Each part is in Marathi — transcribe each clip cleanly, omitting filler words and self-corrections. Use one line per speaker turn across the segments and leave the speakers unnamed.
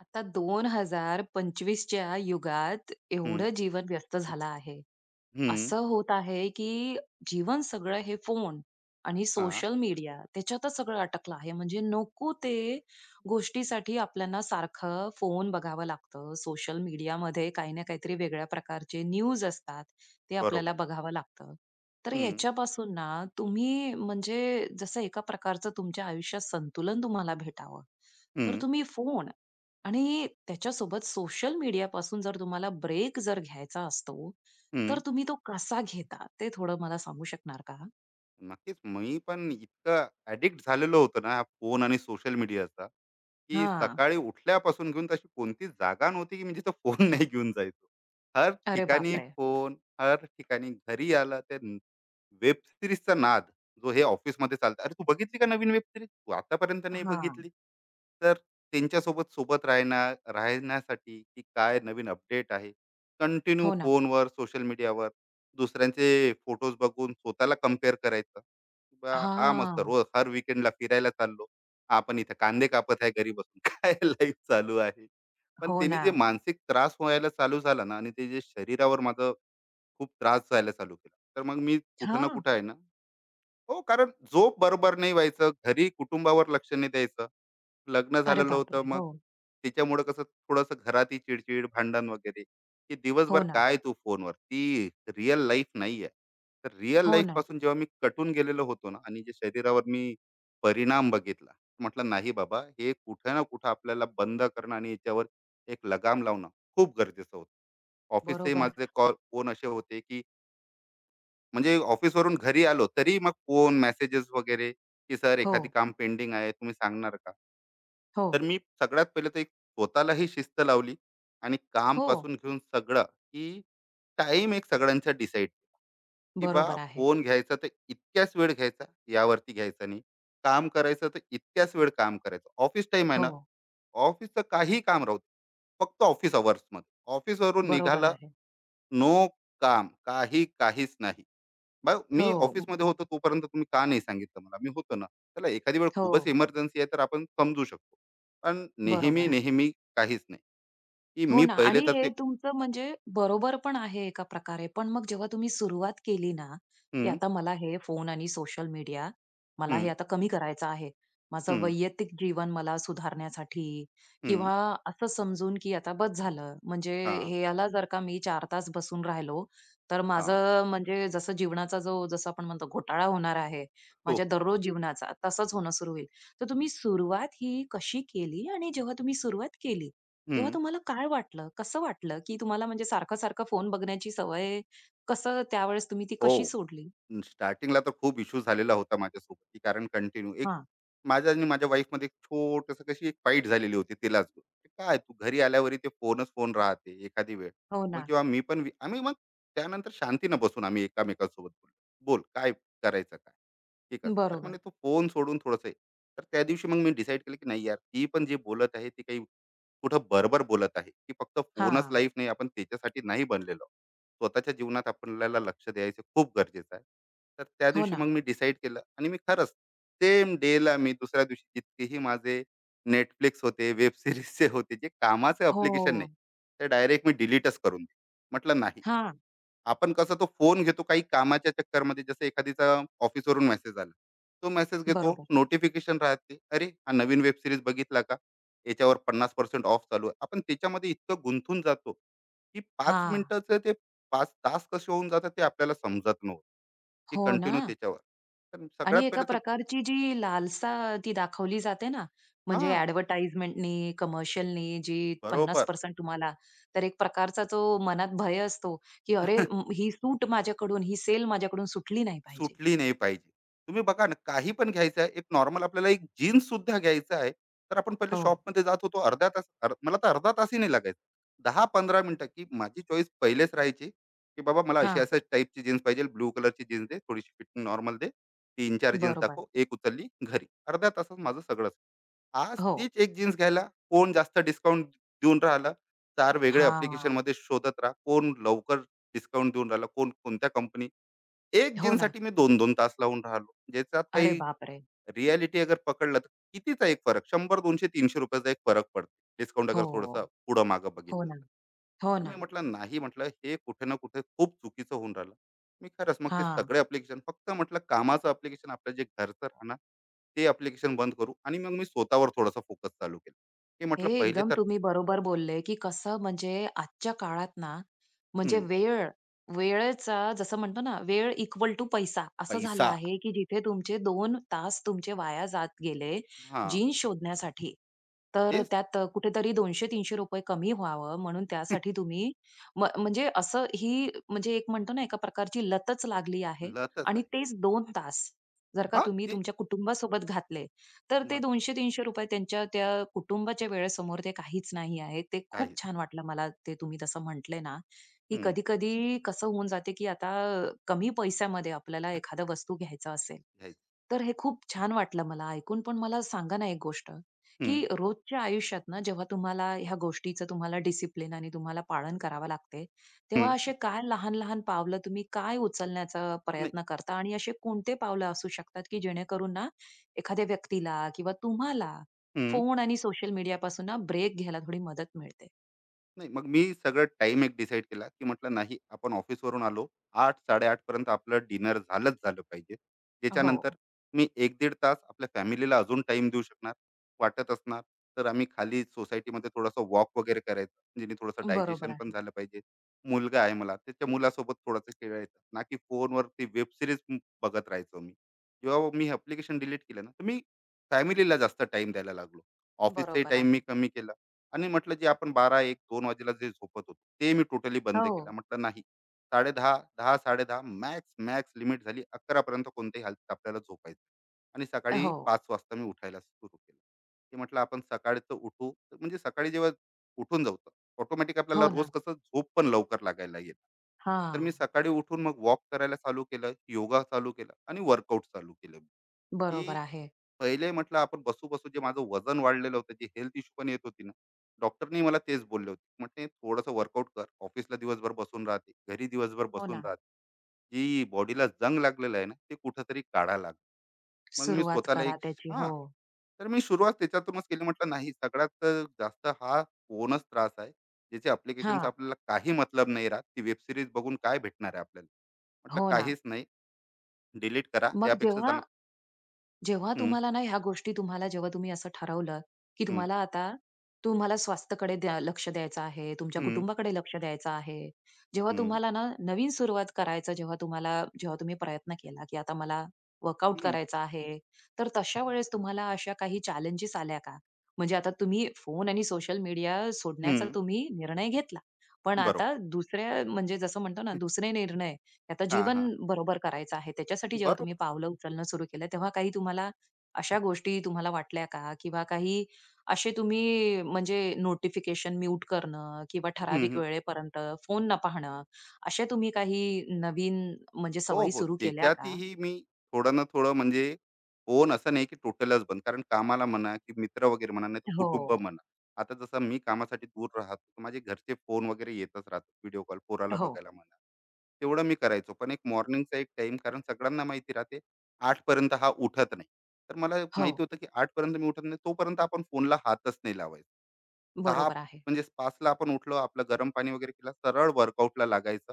आता 2025च्या युगात
हं,
एवढं जीवन व्यस्त झालं आहे.
हं.
असं होत आहे, की जीवन सगळं हे फोन आणि
हां,
सोशल मीडिया त्याच्यातच सगळं अटकलं आहे. म्हणजे नको ते गोष्टीसाठी आपल्याला सारखं फोन बघावं लागतं. सोशल मीडियामध्ये काही ना काहीतरी वेगळ्या प्रकारचे न्यूज असतात, ते आपल्याला
बरोबर.
बघावं लागतं. तर
हं,
ह्याच्यापासून ना तुम्ही म्हणजे जसं एका प्रकारचं तुमच्या आयुष्यात संतुलन तुम्हाला भेटावं, तर
हं,
तुम्ही फोन आणि त्याच्यासोबत सोशल मीडियापासून जर तुम्हाला ब्रेक घ्यायचा असतो, तर
हं.
तुम्ही तो कसा घेता? ते थोडं मला सांगू शकणार का?
नक्कीच मी पण इतकं ॲडिक्ट झालेलो होतो ना, फोन आणि सोशल मीडियाचा, की
हां.
सकाळी उठल्यापासून घेऊन तशी कोणतीच जागा नव्हती, की मी तो फोन नाही घेऊन जायचो. हर
अरे
ठिकाणी
बापरे!
फोन, हर ठिकाणी घरी आला तर वेब सीरीजचा नाद जो हे ऑफिसमध्ये चालतं. अरे तू बघितली का नवीन वेब सीरीज? तू आतापर्यंत नाही
हां.
बघितली. तर त्यांच्यासोबत राहण्यासाठी की काय नवीन अपडेट आहे. कंटिन्यू
हो ना.
फोनवर, सोशल मीडियावर दुसऱ्यांचे फोटोज बघून स्वतःला कंपेअर करायचं. बा हा मस्त
हां.
रोज हर वीकेंडला फिरायला चाललो. आपण इथे कांदे कापत आहे घरी बसून. काय लाईफ चालू आहे. पण
हो
त्याने
ना.
जे मानसिक त्रास व्हायला चालू झाला ना आणि ते जे शरीरावर माझं खूप त्रास व्हायला चालू केला. तर मग मी कुठं ना
हां.
कुठं आहे ना हो, कारण झोप बरोबर नाही व्हायचं, घरी कुटुंबावर लक्ष नाही द्यायचं. लग्न
अरे
झालेलं होतं
बापरे!
मग
हो.
त्याच्यामुळं कसं थोडंसं घरातही चिडचिड, भांडण वगैरे, की दिवसभर
हो ना.
काय तू फोनवर. ती रिअल लाईफ नाही आहे. तर रिअल
हो ना.
लाईफपासून जेव्हा मी कटून गेलेलो होतो ना आणि जे शरीरावर मी परिणाम बघितला, म्हटलं नाही बाबा, हे कुठे ना कुठे आपल्याला बंद करणं आणि याच्यावर एक लगाम लावणं खूप गरजेचं होतं. ऑफिसचेही
बरोबर.
माझे कॉल, फोन असे होते की म्हणजे ऑफिसवरून घरी आलो तरी मग फोन मेसेजेस वगैरे की सर
हो.
एखादी काम पेंडिंग आहे तुम्ही सांगणार का
हो.
तर मी सगळ्यात पहिले तर एक स्वतःलाही शिस्त लावली आणि काम
हो.
पासून घेऊन सगळं की टाइम एक सगळ्यांचा डिसाईड केला की बा
बरोबर आहे.
फोन घ्यायचा तर इतक्याच वेळ घ्यायचा यावरती घ्यायचा नाही काम करायचं तर इतक्याच वेळ काम करायचं ऑफिस टाइम आहे ना
हो.
ऑफिसचं काही काम राहू दे, फक्त ऑफिस अवर्स मध्ये ऑफिसवरून
बरोबर
निघाला
आहे.
नो काम काही काहीच नाही मग मी
हो. म-
ऑफिसमध्ये होतो तोपर्यंत तुम्ही का नाही सांगितलं मला? मी होतो ना. चला एखादी वेळ
हो.
खूपच इमर्जन्सी आहे तर आपण समजू शकतो. पण नेहमी,
बरोबर आहे.
नेहमी काहीच नाही, की
हो
मी
ना
पहिले
आणि
तर
हे
ते
तुमचं म्हणजे बरोबर पण आहे एका प्रकारे. पण मग जेव्हा तुम्ही सुरुवात केली ना, की
हं,
आता मला हे फोन आणि सोशल मीडिया मला
हं,
हे आता कमी करायचं आहे. माझं
हं,
वैयक्तिक जीवन मला सुधारण्यासाठी
हं,
किंवा असं समजून की आता बस झालं. म्हणजे
हां,
हे याला जर का मी 4 तास बसून राहिलो, तर
हां.
माझं म्हणजे जसं जीवनाचा जो जसं आपण म्हणतो घोटाळा होणार आहे,
हो,
माझ्या
हो.
दररोज जीवनाचा तसंच होणं सुरू होईल. तर तुम्ही सुरुवात ही कशी केली आणि जेव्हा तुम्ही सुरुवात केली, तेव्हा तुम्हाला काय वाटलं? कसं वाटलं, की तुम्हाला म्हणजे सारखं-सारखं फोन बघण्याची सवय कसं त्यावेळेस तुम्ही ती
हो.
कशी सोडली?
स्टार्टिंगला तर खूप इश्यू झालेला होता माझ्यासोबत, की कारण कंटिन्यू एक
हां.
माझ्या आणि माझ्या वाईफमध्ये एक छोटंसं कशी एक फाईट झालेली होती तिलाच. काय तू घरी आल्यावरही ते फोनच फोन राहते एखादी वेळ.
हो
मग
ना.
जेव्हा मी पण आम्ही मग त्यानंतर शांतीनं बसून आम्ही एकमेकांसोबत बोललो. "बोल काय करायचं काय? हे कसं?" "अरे
बरोबर.
म्हणे तू फोन सोडून थोडंसं तर त्या दिवशी मग मी डिसाईड केलं की नाही यार, ती पण जे बोलत आहे ते काही कुठं बरोबर बोलत आहे की फक्त फोनच
हां.
लाईफ नाही आपण त्याच्यासाठी नाही बनलेलो स्वतःच्या जीवनात आपल्याला लक्ष द्यायचं खूप गरजेचं आहे तर त्या
हो
दिवशी
ना.
मग मी डिसाईड केलं आणि मी खरंच सेम डेला मी दुसऱ्या दिवशी जितकेही माझे नेटफ्लिक्स होते वेब सिरीजचे होते जे कामाचे अप्लिकेशन नाही
हो.
ते डायरेक्ट मी डिलीटच करून दिले. म्हटलं नाही
हां.
आपण कसं तो फोन घेतो काही कामाच्या चक्करमध्ये जसं एखादीचा ऑफिसवरून मेसेज आला. तो मेसेज घेतो,
बरोबर.
नोटिफिकेशन राहते. अरे, हा नवीन वेब सीरीज बघितला का? याच्यावर 50% ऑफ चालू आहे. आपण त्याच्यामध्ये इतकं गुंतून जातो, की 5
हां.
मिनिटाचं ते 5 तास कसे होऊन जातात ते आपल्याला समजत नव्हतं, की
हो ना.
कंटिन्यू त्याच्यावर. तर
आणि
सगळ्यात
एका
पहिले तर
प्रकारची जी लालसा ती दाखवली जाते ना, म्हणजे
हां,
ॲडव्हर्टाइजमेंटनी, कमर्शियलनी जी
बरोबर.
50% तुम्हाला, तर एक प्रकारचा तो मनात भय असतो, की "अरे, ही सूट माझ्याकडून, ही सेल माझ्याकडून सुटली नाही पाहिजे."
सुटली नाही पाहिजे. तुम्ही बघा ना, काही पण घ्यायचं आहे, एक नॉर्मल आपल्याला एक जीन्स सुद्धा घ्यायचं आहे, तर आपण पहिले
हो.
शॉपमध्ये जात होतो अर्धा तास मला तर अर्धा तासही नाही लागायचा. 10-15 मिनिटं की माझी चॉईस पहिलेच राहायची, की बाबा मला अशी
हां.
अशा टाईपची जीन्स पाहिजे, ब्लू कलरची जीन्स दे, थोडीशी फिटिंग नॉर्मल दे, 3-4 जीन्स
बरोबर.
दाखव, एक उचलली घरी. अर्ध्या तासात माझं सगळंच. आज
हो.
तीच एक जीन्स घ्यायला कोण जास्त डिस्काउंट देऊन राहिलं, 4 वेगळे
हां.
ॲप्लिकेशनमध्ये शोधत राहा, कोण लवकर डिस्काउंट देऊन राहिला, कोण कोणत्या एक
हो ना.
जीनसाठी मी 2 तास लावून राहिलो. ज्याच्यात
अरे
काही
बापरे!
रियालिटी अगर पकडलं, तर कितीचा एक फरक ₹100, ₹200, ₹300 चा एक फरक पडतो. डिस्काउंट अगर थोडंसं
हो.
पुढं-मागं
हो
बघितलं
ना.
तर.
हो
तर
ना.
मी म्हटलं, "नाही," म्हटलं, "हे कुठे ना कुठे खूप चुकीचं होऊन राहिलं." मी खरंच मग ते
हां.
सगळे ॲप्लिकेशन फक्त म्हटलं कामाचं ॲप्लिकेशन, आपलं जे घरचं राहणार, ते ॲप्लिकेशन बंद करू आणि मग मी स्वतःवर थोडासा फोकस चालू केला. हे
हे
म्हटलं पहिले
एकदम
तर
तुम्ही बरोबर बोलले, की कसं म्हणजे आजच्या काळात ना, म्हणजे
हं,
वेळ, वेळेचा जसं म्हणतो ना, वेळ इक्वल टू पैसा असं झालं
पैसा
आहे, की जिथे तुमचे दोन तास तुमचे वाया जात गेले
हां,
जीन्स शोधण्यासाठी. तर
तेच
त्यात कुठेतरी ₹200-300 कमी व्हावं म्हणून त्यासाठी तुम्ही म्हणजे असं ही म्हणजे एक म्हणतो ना, एका प्रकारची लतच लागली आहे
लतच
आणि
आहे.
तेच 2 तास जर का
हां,
तुम्ही
ते
तुमच्या कुटुंबासोबत घातले तर ते
मग
₹200-300 त्यांच्या त्या कुटुंबाच्या वेळेसमोर ते काहीच नाही आहे. ते खूप
काय
छान वाटलं मला ते तुम्ही तसं म्हटले ना, की कधी-कधी कसं होऊन जाते, की आता कमी पैशामध्ये आपल्याला एखादा वस्तू घ्यायचा असेल,
घ्यायचं.
तर हे खूप छान वाटलं मला ऐकून. पण मला सांगा ना एक गोष्ट,
हं,
की रोजच्या आयुष्यात ना जेव्हा तुम्हाला ह्या गोष्टीचं तुम्हाला डिसिप्लिन आणि तुम्हाला पालन करावं लागते, तेव्हा असे काय लहान-लहान पावलं तुम्ही काय उचलण्याचा
नाही.
प्रयत्न करता? आणि असे कोणते पावलं असू शकतात, की जेणेकरून ना एखाद्या व्यक्तीला किंवा तुम्हाला
हं.
फोन आणि सोशल मीडियापासून ना ब्रेक घ्यायला थोडी मदत मिळते?
नाही, मग मी सगळं टाइम एक डिसाईड केला, की म्हटलं नाही आपण ऑफिसवरून आलो 8:00-8:30 पर्यंत आपलं डिनर झालंच झालं पाहिजे. त्याच्यानंतर
हो,
मी एक 15 तास आपल्या फॅमिलीला अजून टाईम देऊ शकणार. वाटत असणार तर आम्ही खाली सोसायटीमध्ये थोडासा वॉक वगैरे करायचं. जेणे थोडंसं
बरोबर
डायजेशन पण
आहे.
झालं पाहिजे. मुलगा आहे मला, त्याच्या मुलासोबत थोडंसं खेळायचं. ना की फोनवरती वेब सीरीज बघत राहायचो मी. जेव्हा मी ॲप्लिकेशन डिलीट केलं ना, तर मी फॅमिलीला जास्त टाईम द्यायला लागलो. ऑफिसचाही
बरोबर
टाईम मी
आहे.
कमी केला. आणि म्हटलं जे आपण बारा एक दोन वाजेला जे झोपत होतो ते मी टोटली बंद केलं
हो,
म्हटलं नाही साडे दहा दहा 10:30 मॅक्स मॅक्स लिमिट झाली 11 पर्यंत कोणत्याही हालतीत आपल्याला झोपायचं आणि सकाळी
हो,
5 वाजता मी उठायला सुरू केलं ते म्हटलं आपण सकाळचं उठू तर म्हणजे सकाळी जेव्हा उठून जाऊ ऑटोमॅटिक आपल्याला
हो
रोज
ना.
कसं झोप पण लवकर लागायला येत तर
हां,
मी सकाळी उठून मग वॉक करायला चालू केलं योगा चालू केलं आणि वर्कआउट चालू केलं की
बरोबर आहे.
पहिले म्हटलं आपण बसू बसू जे माझं वजन वाढलेलं होतं जे हेल्थ इश्यू पण येत होती ना डॉक्टरनी मला तेच बोलले होते म्हटले थोडंसं वर्कआउट कर ऑफिसला दिवसभर बसून राहते घरी दिवसभर
हो
बसून
ना.
राहते जी बॉडीला जंग लागलेलं आहे ना ते कुठंतरी काढा लाग मग मी
सुरुवात
स्वतःला एक
करा त्याची.
हा
हो.
तर मी सुरुवात त्याच्यातूनच केली म्हटलं नाही सगळ्यात जास्त हा फोनच त्रास आहे ज्याचे अप्लिकेशनचा
हां.
आपल्याला काही मतलब नाही राहत ती वेब सिरीज बघून काय भेटणार आहे आपल्याला म्हटलं
हो ना.
काहीच नाही डिलीट करा
मग
त्यापेक्षा
जेव्हा
चांगलं
जेव्हा
हम्म,
तुम्हाला ना ह्या गोष्टी तुम्हाला जेव्हा तुम्ही असं ठरवलं, की
हम्म,
तुम्हाला आता तुम्हाला स्वास्थ्याकडे लक्ष द्यायचं आहे, तुमच्या
हम्म,
कुटुंबाकडे लक्ष द्यायचं आहे. जेव्हा तुम्हाला ना नवीन सुरुवात करायचं जेव्हा तुम्हाला जेव्हा तुम्ही प्रयत्न केला, की आता मला वर्कआउट
हम्म,
करायचा आहे. तर तशा वेळेस तुम्हाला अशा काही चॅलेंजेस आल्या का? म्हणजे आता तुम्ही फोन आणि सोशल मीडिया सोडण्याचा
हं,
तुम्ही निर्णय घेतला. पण
बरोबर.
आता दुसऱ्या म्हणजे जसं म्हणतो ना दुसरे निर्णय आता
हां,
जीवन
हां.
बरोबर करायचं आहे. त्याच्यासाठी जेव्हा
बरोबर.
तुम्ही पावलं उचलणं सुरू केलं, तेव्हा काही तुम्हाला अशा गोष्टी तुम्हाला वाटल्या का? किंवा काही असे तुम्ही म्हणजे नोटिफिकेशन म्यूट करणं किंवा
हं,
ठराविक
हं.
वेळेपर्यंत फोन न पाहणं, अशा तुम्ही काही नवीन म्हणजे
हो,
सवयी
हो.
सुरू केल्या का?
त्याच्यातही मी थोडं ना थोडं म्हणजे फोन असं नाही की टोटलच बंद. कारण कामाला म्हणा की मित्र वगैरे म्हणा, नाहीतर
हो.
कुटुंब म्हणा. आता जसं मी कामासाठी दूर राहतो, तर माझे घरचे फोन वगैरे येतच राहतात. व्हिडिओ कॉल पोराला
हो.
बघायला म्हणा. तेवढं मी करायचो. पण एक मॉर्निंगचा एक टाइम कारण सगळ्यांना माहिती राहते 8 पर्यंत हा उठत नाही. तर मला माहिती
हो,
होतं, की 8 पर्यंत मी उठत नाही तोपर्यंत आपण फोनला हातच नाही लावायचा. सहा
बरोबर आहे.
म्हणजे 5 ला आपण उठलो, आपलं गरम पाणी वगैरे केलं, सरळ वर्कआउटला लागायचं.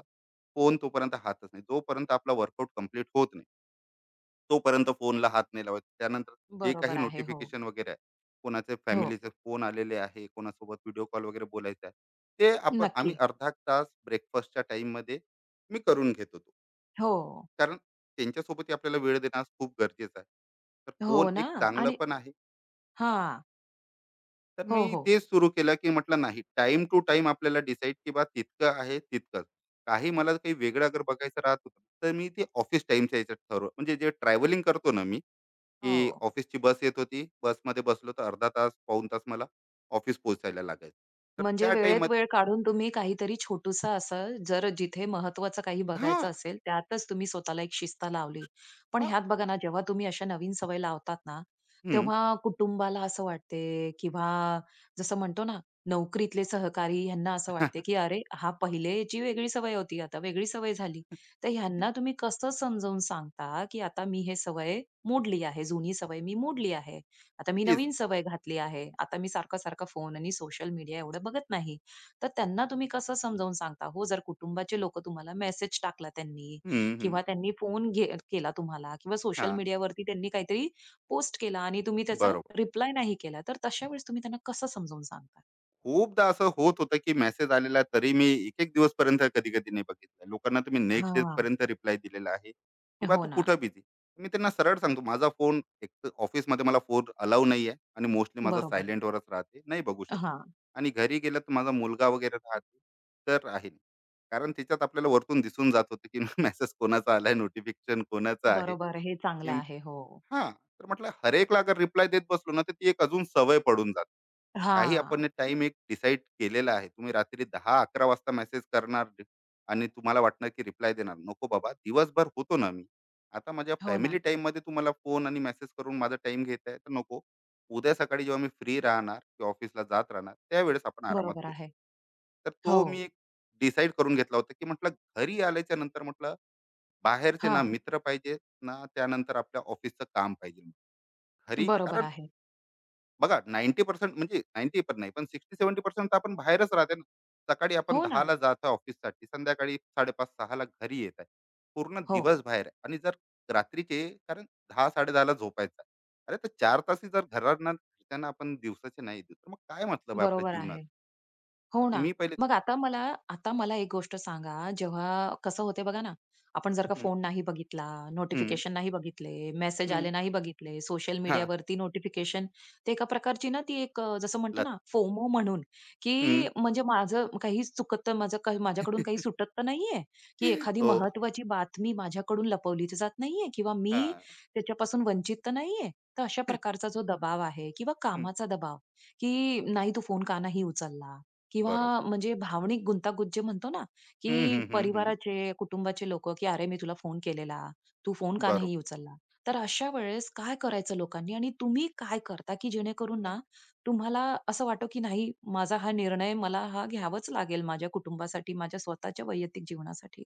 फोन तोपर्यंत हातच नाही. जोपर्यंत आपला वर्कआउट कंप्लीट होत नाही. तोपर्यंत फोनला हात नाही लावायचा. त्यानंतर जे काही
बरोबर आहे. हो,
नोटिफिकेशन वगैरे आहे, कोणाचे
हो.
फॅमिलीचे फोन आलेले आहे, कोणासोबत व्हिडिओ कॉल वगैरे बोलायचा आहे, ते आम्ही
नक्की.
अर्धा तास ब्रेकफास्टच्या टाईममध्ये मी करून घेत होतो.
हो,
कारण त्यांच्यासोबतही आपल्याला वेळ देणं आज खूप गरजेचं आहे. तर फोन
हो ना
एक चांगलं
आणि
पण आहे
हां.
तर मी
हो, हो.
तेच सुरू केलं, की म्हटलं नाही टाइम टू टाईम आपल्याला डिसाईड की बा तितकं आहे तितकंच. काही मला काही वेगळं अगर बघायचं राहत होतं, तर मी ते ऑफिस टाईमच्या ह्याच्यात ठरवलं. म्हणजे जे ट्रॅव्हलिंग करतो ना मी, की
हो.
ऑफिसची बस येत होती. बसमध्ये बसलो तर अर्धा तास, पाऊण तास मला ऑफिस पोहोचायला लागायचं. तर
म्हणजे
त्या
वेळेत
टाईमात
वेळ काढून तुम्ही काहीतरी छोटूसा असं जर जिथे महत्त्वाचं काही
हां,
बघायचं असेल, त्यातच तुम्ही स्वतःला एक शिस्त लावली. पण
हां.
ह्यात बघा ना, जेव्हा तुम्ही अशा नवीन सवय लावतात ना,
हं.
तेव्हा कुटुंबाला असं वाटते किंवा जसं म्हणतो ना, नोकरीतले सहकारी ह्यांना असं वाटते, की "अरे, हा पहिलेची वेगळी सवय होती, आता वेगळी सवय झाली." तर ह्यांना तुम्ही कसं समजावून सांगता, की "आता मी हे सवय मोडली आहे, जुनी सवय मी मोडली आहे." आता मी
तेच.
नवीन सवय घातली आहे. आता मी सारखा-सारखा फोन आणि सोशल मीडिया एवढं बघत नाही. तर त्यांना तुम्ही कसं समजावून सांगता हो? जर कुटुंबाचे लोकं तुम्हाला मेसेज टाकला त्यांनी
हं, हं.
किंवा त्यांनी फोन केला तुम्हाला किंवा सोशल
हां.
मीडियावरती त्यांनी काहीतरी पोस्ट केला आणि तुम्ही त्याचा
बरोबर.
रिप्लाय नाही केला, तर तशा वेळेस तुम्ही त्यांना कसं समजावून सांगता?
खूपदा असं होत होतं, की मेसेज आलेला तरी मी एक-एक दिवस दिवसपर्यंत कधी-कधी नाही बघितलं. लोकांना तुम्ही नेक्स्ट
हां.
डेपर्यंत रिप्लाय दिलेला आहे, की "बा
हो
तू
ना.
कुठं बिझी?" मी त्यांना सरळ सांगतो, "माझा फोन एक तर ऑफिसमध्ये मला फोन अलाव नाही आहे आणि मोस्टली माझा
बरोबर.
सायलेंटवरच राहते. नाही बघू शकत
हां.
आणि घरी गेलं तर माझा मुलगा वगैरे राहते, तर आहे नाही." कारण त्याच्यात आपल्याला वरतून दिसून जात होतं, की मेसेज कोणाचा आला नोटिफिकेशन कोणाचं आहे.
बरोबर. हे चांगलं
इम
आहे. हो.
हां, तर म्हटलं हरेकला अगर रिप्लाय देत बसलो ना, तर ती एक अजून सवय पडून जाते. काही
हां.
आपण टाइम एक डिसाईड केलेला आहे तुम्ही रात्री 10-11 वाजता मेसेज करणार आणि तुम्हाला वाटणार की रिप्लाय देणार नको बाबा दिवसभर होतो ना मी आता माझ्या
हो
फॅमिली
ना.
टाइम मध्ये तुम्हाला फोन आणि मेसेज करून माझा टाइम घेत आहे तर नको उद्या सकाळी जेव्हा मी फ्री राहणार किंवा ऑफिसला जात राहणार त्यावेळेस आपण आरामात
बरोबर
बोलू
आहे.
तर
हो.
तो मी एक डिसाईड करून घेतला होता की म्हटलं घरी आल्याच्या नंतर म्हटलं बाहेरचे ना
हां.
मित्र पाहिजे ना त्यानंतर आपल्या ऑफिसचं काम पाहिजे घरी
बरोबर
कारण
आहे.
बघा 90% म्हणजे 90 पण नाही पण 60-70% तर आपण बाहेरच राहते ना. सकाळी आपण
हो
10:00
ना.
ला जातो ऑफिससाठी, संध्याकाळी 5:30-6:00 ला घरी येत आहे. पूर्ण
हो.
दिवस बाहेर आहे आणि जर रात्रीचे कारण 10:00-10:30 ला झोपायचं आहे. अरे, तर 4 तासही जर घरच्यांना आपण दिवसाचे नाही देऊ, तर मग काय मतलब आहे आपल्या
बरोबर
जीवनात?
आहे. हो
तर
ना.
मी पहिले
मग आता मला एक गोष्ट सांगा, जेव्हा कसं होते बघा ना, आपण जर का
हं,
फोन नाही बघितला,
हं,
नोटिफिकेशन नाही बघितले, मेसेज
हं,
आले नाही बघितले, सोशल
हां,
मीडियावरती नोटिफिकेशन ते एका प्रकारची ना ती एक जसं म्हणतो
लत
ना फोमो म्हणून,
हं.
की म्हणजे माझं काही चुकत तर माझं काही माझ्याकडून काही सुटत तर नाहीये, की एखादी
हो,
महत्त्वाची बातमी माझ्याकडून लपवली तर जात नाहीये किंवा मी
हां.
त्याच्यापासून वंचित तर नाहीये. तर अशा प्रकारचा जो दबाव आहे किंवा
हं,
कामाचा दबाव, की नाही तू फोन का नाही उचलला? किंवा
बरोबर.
म्हणजे भावनिक गुंतागुंत जे म्हणतो ना,
हं,
की
हं, हं, हं.
परिवाराचे, कुटुंबाचे लोकं, की "अरे, मी तुला फोन केलेला, तू फोन का
बरोबर.
नाही उचलला?" तर अशा वेळेस काय करायचं लोकांनी आणि तुम्ही काय करता, की जेणेकरून
नाही
ना तुम्हाला असं वाटो, की नाही माझा हा निर्णय मला हा घ्यावाच लागेल माझ्या कुटुंबासाठी, माझ्या स्वतःच्या वैयक्तिक जीवनासाठी?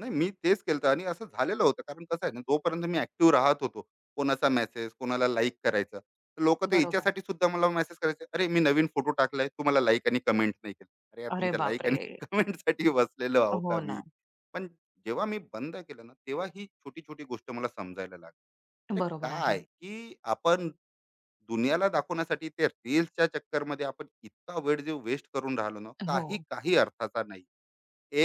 नाही मी तेच केलं आणि असं झालेलं होतं कारण कसं आहे ना जोपर्यंत मी ऍक्टिव्ह राहत होतो कोणाचा मेसेज कोणाला लाईक करायचा लोक ते
बरोबर.
याच्यासाठी सुद्धा मला मेसेज करायचे अरे मी नवीन फोटो टाकलाय तुम्हाला लाईक आणि कमेंट नाही केलं अरे यार
अरे
तुमच्या लाईक आणि
बापरे!
कमेंट साठी बसलेलो आहो का
हो
मी
ना.
पण जेव्हा मी बंद केलं ना तेव्हा ही छोटी छोटी गोष्ट मला समजायला लागली अरे
बरोबर
काय
आहे.
की आपण दुनियाला दाखवण्यासाठी ते रील्सच्या चक्करमध्ये आपण इतका वेळ जे वेस्ट करून राहिलो ना
हो.
काही काही अर्थाचा नाही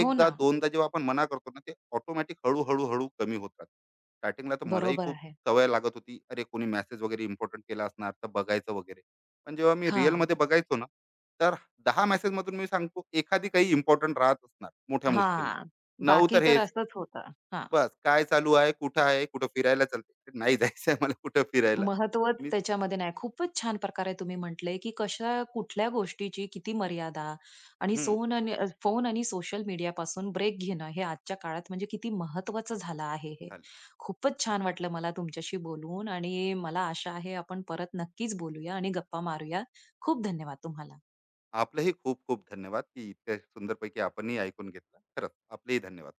हो ना.
दोनदा जेव्हा आपण मना करतो ना ते ऑटोमॅटिक हळू कमी होतात स्टार्टिंगला तर मलाही
बरोबर
खूप
आहे.
सवय लागत होती अरे कोणी मेसेज वगैरे इम्पॉर्टंट केला असणार तर बघायचं वगैरे पण जेव्हा मी रिअल
हां,
मध्ये बघायचो ना तर 10 मेसेज मधून मी सांगतो एखादी काही इम्पॉर्टंट राहत असणार मोठ्या मुश्किलनं
हां.
नऊ
बाकी
तर
तर
हेच
असंच होतं. हां.
बस काय चालू आहे कुठं आहे कुठं फिरायला चालते नाही जायचं आहे मला कुठं फिरायला
महत्त्वच
मी
त्याच्यामध्ये नाही. खूपच छान प्रकारे तुम्ही म्हटलंय, की कशा कुठल्या गोष्टीची किती मर्यादा आणि
हम्म
फोन आणि सोशल मीडियापासून ब्रेक घेणं हे आजच्या काळात म्हणजे किती महत्त्वाचं झालं आहे हे.
चालेल
खूपच छान वाटलं मला तुमच्याशी बोलून आणि मला आशा आहे आपण परत नक्कीच बोलूया आणि गप्पा मारूया. खूप धन्यवाद तुम्हाला.
आपलंही खूप खूप धन्यवाद की इतक्या सुंदरपैकी आपणही ऐकून घेतलं खरंच आपलेही धन्यवाद